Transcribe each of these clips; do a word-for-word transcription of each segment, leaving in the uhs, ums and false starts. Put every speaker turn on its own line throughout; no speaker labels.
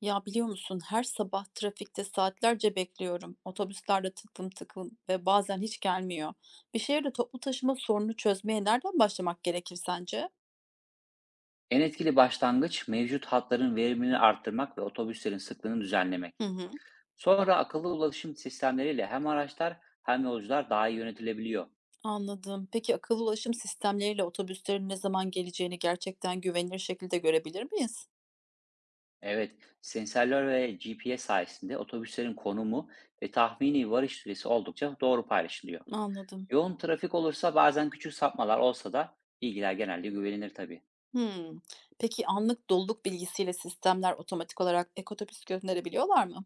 Ya biliyor musun, her sabah trafikte saatlerce bekliyorum. Otobüslerde tıklım tıklım ve bazen hiç gelmiyor. Bir şehirde toplu taşıma sorunu çözmeye nereden başlamak gerekir sence?
En etkili başlangıç mevcut hatların verimini arttırmak ve otobüslerin sıklığını düzenlemek.
Hı hı.
Sonra akıllı ulaşım sistemleriyle hem araçlar hem yolcular daha iyi yönetilebiliyor.
Anladım. Peki akıllı ulaşım sistemleriyle otobüslerin ne zaman geleceğini gerçekten güvenilir şekilde görebilir miyiz?
Evet, sensörler ve G P S sayesinde otobüslerin konumu ve tahmini varış süresi oldukça doğru paylaşılıyor.
Anladım.
Yoğun trafik olursa bazen küçük sapmalar olsa da bilgiler genelde güvenilir tabii.
Hmm. Peki anlık doluluk bilgisiyle sistemler otomatik olarak ek otobüs gönderebiliyorlar mı?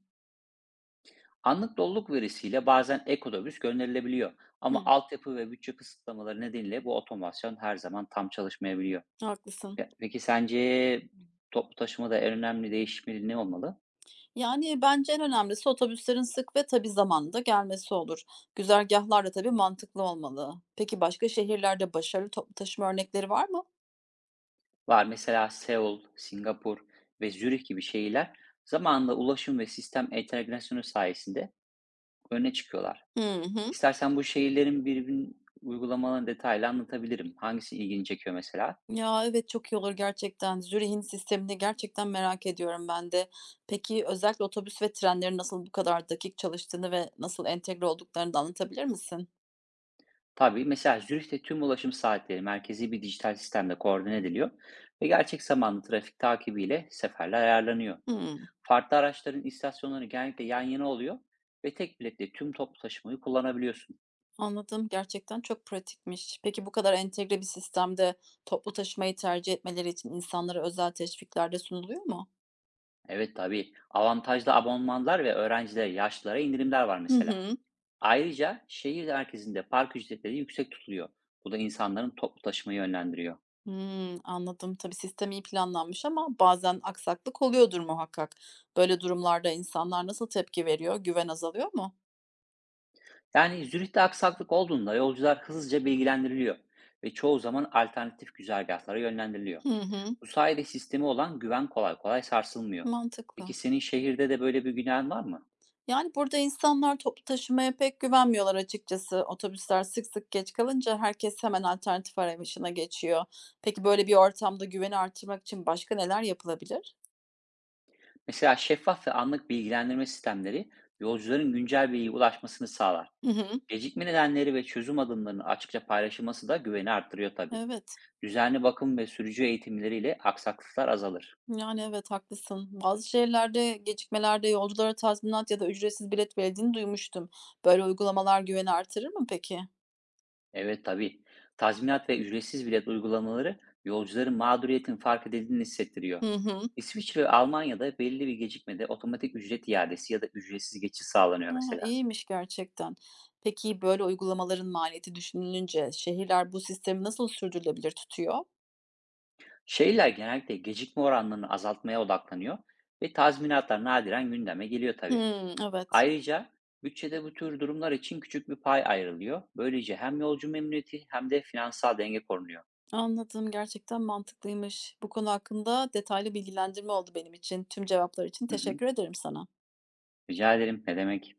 Anlık doluluk verisiyle bazen ek otobüs gönderilebiliyor ama
Hmm,
altyapı ve bütçe kısıtlamaları nedeniyle bu otomasyon her zaman tam çalışmayabiliyor.
haklısın.
Ya, peki sence toplu taşımada en önemli değişimleri ne olmalı?
Yani, bence en önemlisi otobüslerin sık ve tabii zamanında gelmesi olur. Güzergahlar da tabii mantıklı olmalı. Peki başka şehirlerde başarılı toplu taşıma örnekleri var mı?
Var mesela Seul, Singapur ve Zürih gibi şehirler zamanla ulaşım ve sistem entegrasyonu sayesinde öne çıkıyorlar.
Hı hı.
İstersen bu şehirlerin birbirinin uygulamalarını detaylı anlatabilirim. Hangisi ilgini çekiyor mesela?
Ya, evet, çok iyi olur gerçekten. Zürih'in sistemini gerçekten merak ediyorum ben de. Peki özellikle otobüs ve trenlerin nasıl bu kadar dakik çalıştığını ve nasıl entegre olduklarını da anlatabilir misin?
Tabii mesela Zürih'te tüm ulaşım saatleri merkezi bir dijital sistemle koordine ediliyor ve gerçek zamanlı trafik takibiyle seferler ayarlanıyor.
Hıı,
Farklı araçların istasyonları genellikle yan yana oluyor ve tek biletle tüm toplu taşımayı kullanabiliyorsun.
anladım. Gerçekten çok pratikmiş. Peki bu kadar entegre bir sistemde toplu taşımayı tercih etmeleri için insanlara özel teşvikler de sunuluyor mu?
Evet tabii. Avantajlı abonmanlar ve öğrencilere, yaşlılara indirimler var
Hı
mesela.
hı.
Ayrıca şehir merkezinde park ücretleri yüksek tutuluyor. Bu da insanların toplu taşımayı yönlendiriyor.
Hımm, anladım. Tabii sistem iyi planlanmış ama bazen aksaklık oluyordur muhakkak. Böyle durumlarda insanlar nasıl tepki veriyor? Güven azalıyor mu?
Yani Zürih'te aksaklık olduğunda yolcular hızlıca bilgilendiriliyor ve çoğu zaman alternatif güzergahlara yönlendiriliyor.
Hı hı.
Bu sayede sistemi olan güven kolay kolay sarsılmıyor. Peki
Mantıklı.
senin şehirde de böyle bir günahın var mı?
Yani burada insanlar toplu taşımaya pek güvenmiyorlar açıkçası. Otobüsler sık sık geç kalınca herkes hemen alternatif arayışına geçiyor. Peki böyle bir ortamda güveni artırmak için başka neler yapılabilir?
Mesela şeffaf ve anlık bilgilendirme sistemleri yolcuların güncel bilgiye ulaşmasını sağlar.
Hı hı.
Gecikme nedenleri ve çözüm adımlarının açıkça paylaşılması da güveni arttırıyor tabii.
Evet.
Düzenli bakım ve sürücü eğitimleriyle aksaklıklar azalır.
Yani, evet, haklısın. Bazı şehirlerde gecikmelerde yolculara tazminat ya da ücretsiz bilet verildiğini duymuştum. Böyle uygulamalar güveni artırır mı peki?
Evet tabii. Tazminat ve ücretsiz bilet uygulamaları yolcuların mağduriyetin fark edildiğini hissettiriyor.
Hı hı.
İsviçre ve Almanya'da belli bir gecikmede otomatik ücret iadesi ya da ücretsiz geçiş sağlanıyor
A,
mesela.
iyiymiş gerçekten. Peki, böyle uygulamaların maliyeti düşünülünce şehirler bu sistemi nasıl sürdürülebilir tutuyor?
Şehirler genellikle gecikme oranlarını azaltmaya odaklanıyor ve tazminatlar nadiren gündeme geliyor tabii.
Hımm. Evet,
Ayrıca bütçede bu tür durumlar için küçük bir pay ayrılıyor. Böylece hem yolcu memnuniyeti hem de finansal denge korunuyor.
anladım. Gerçekten mantıklıymış. Bu konu hakkında detaylı bilgilendirme oldu benim için. Tüm cevaplar için
Hı hı.
teşekkür ederim sana.
Rica ederim. Ne demek?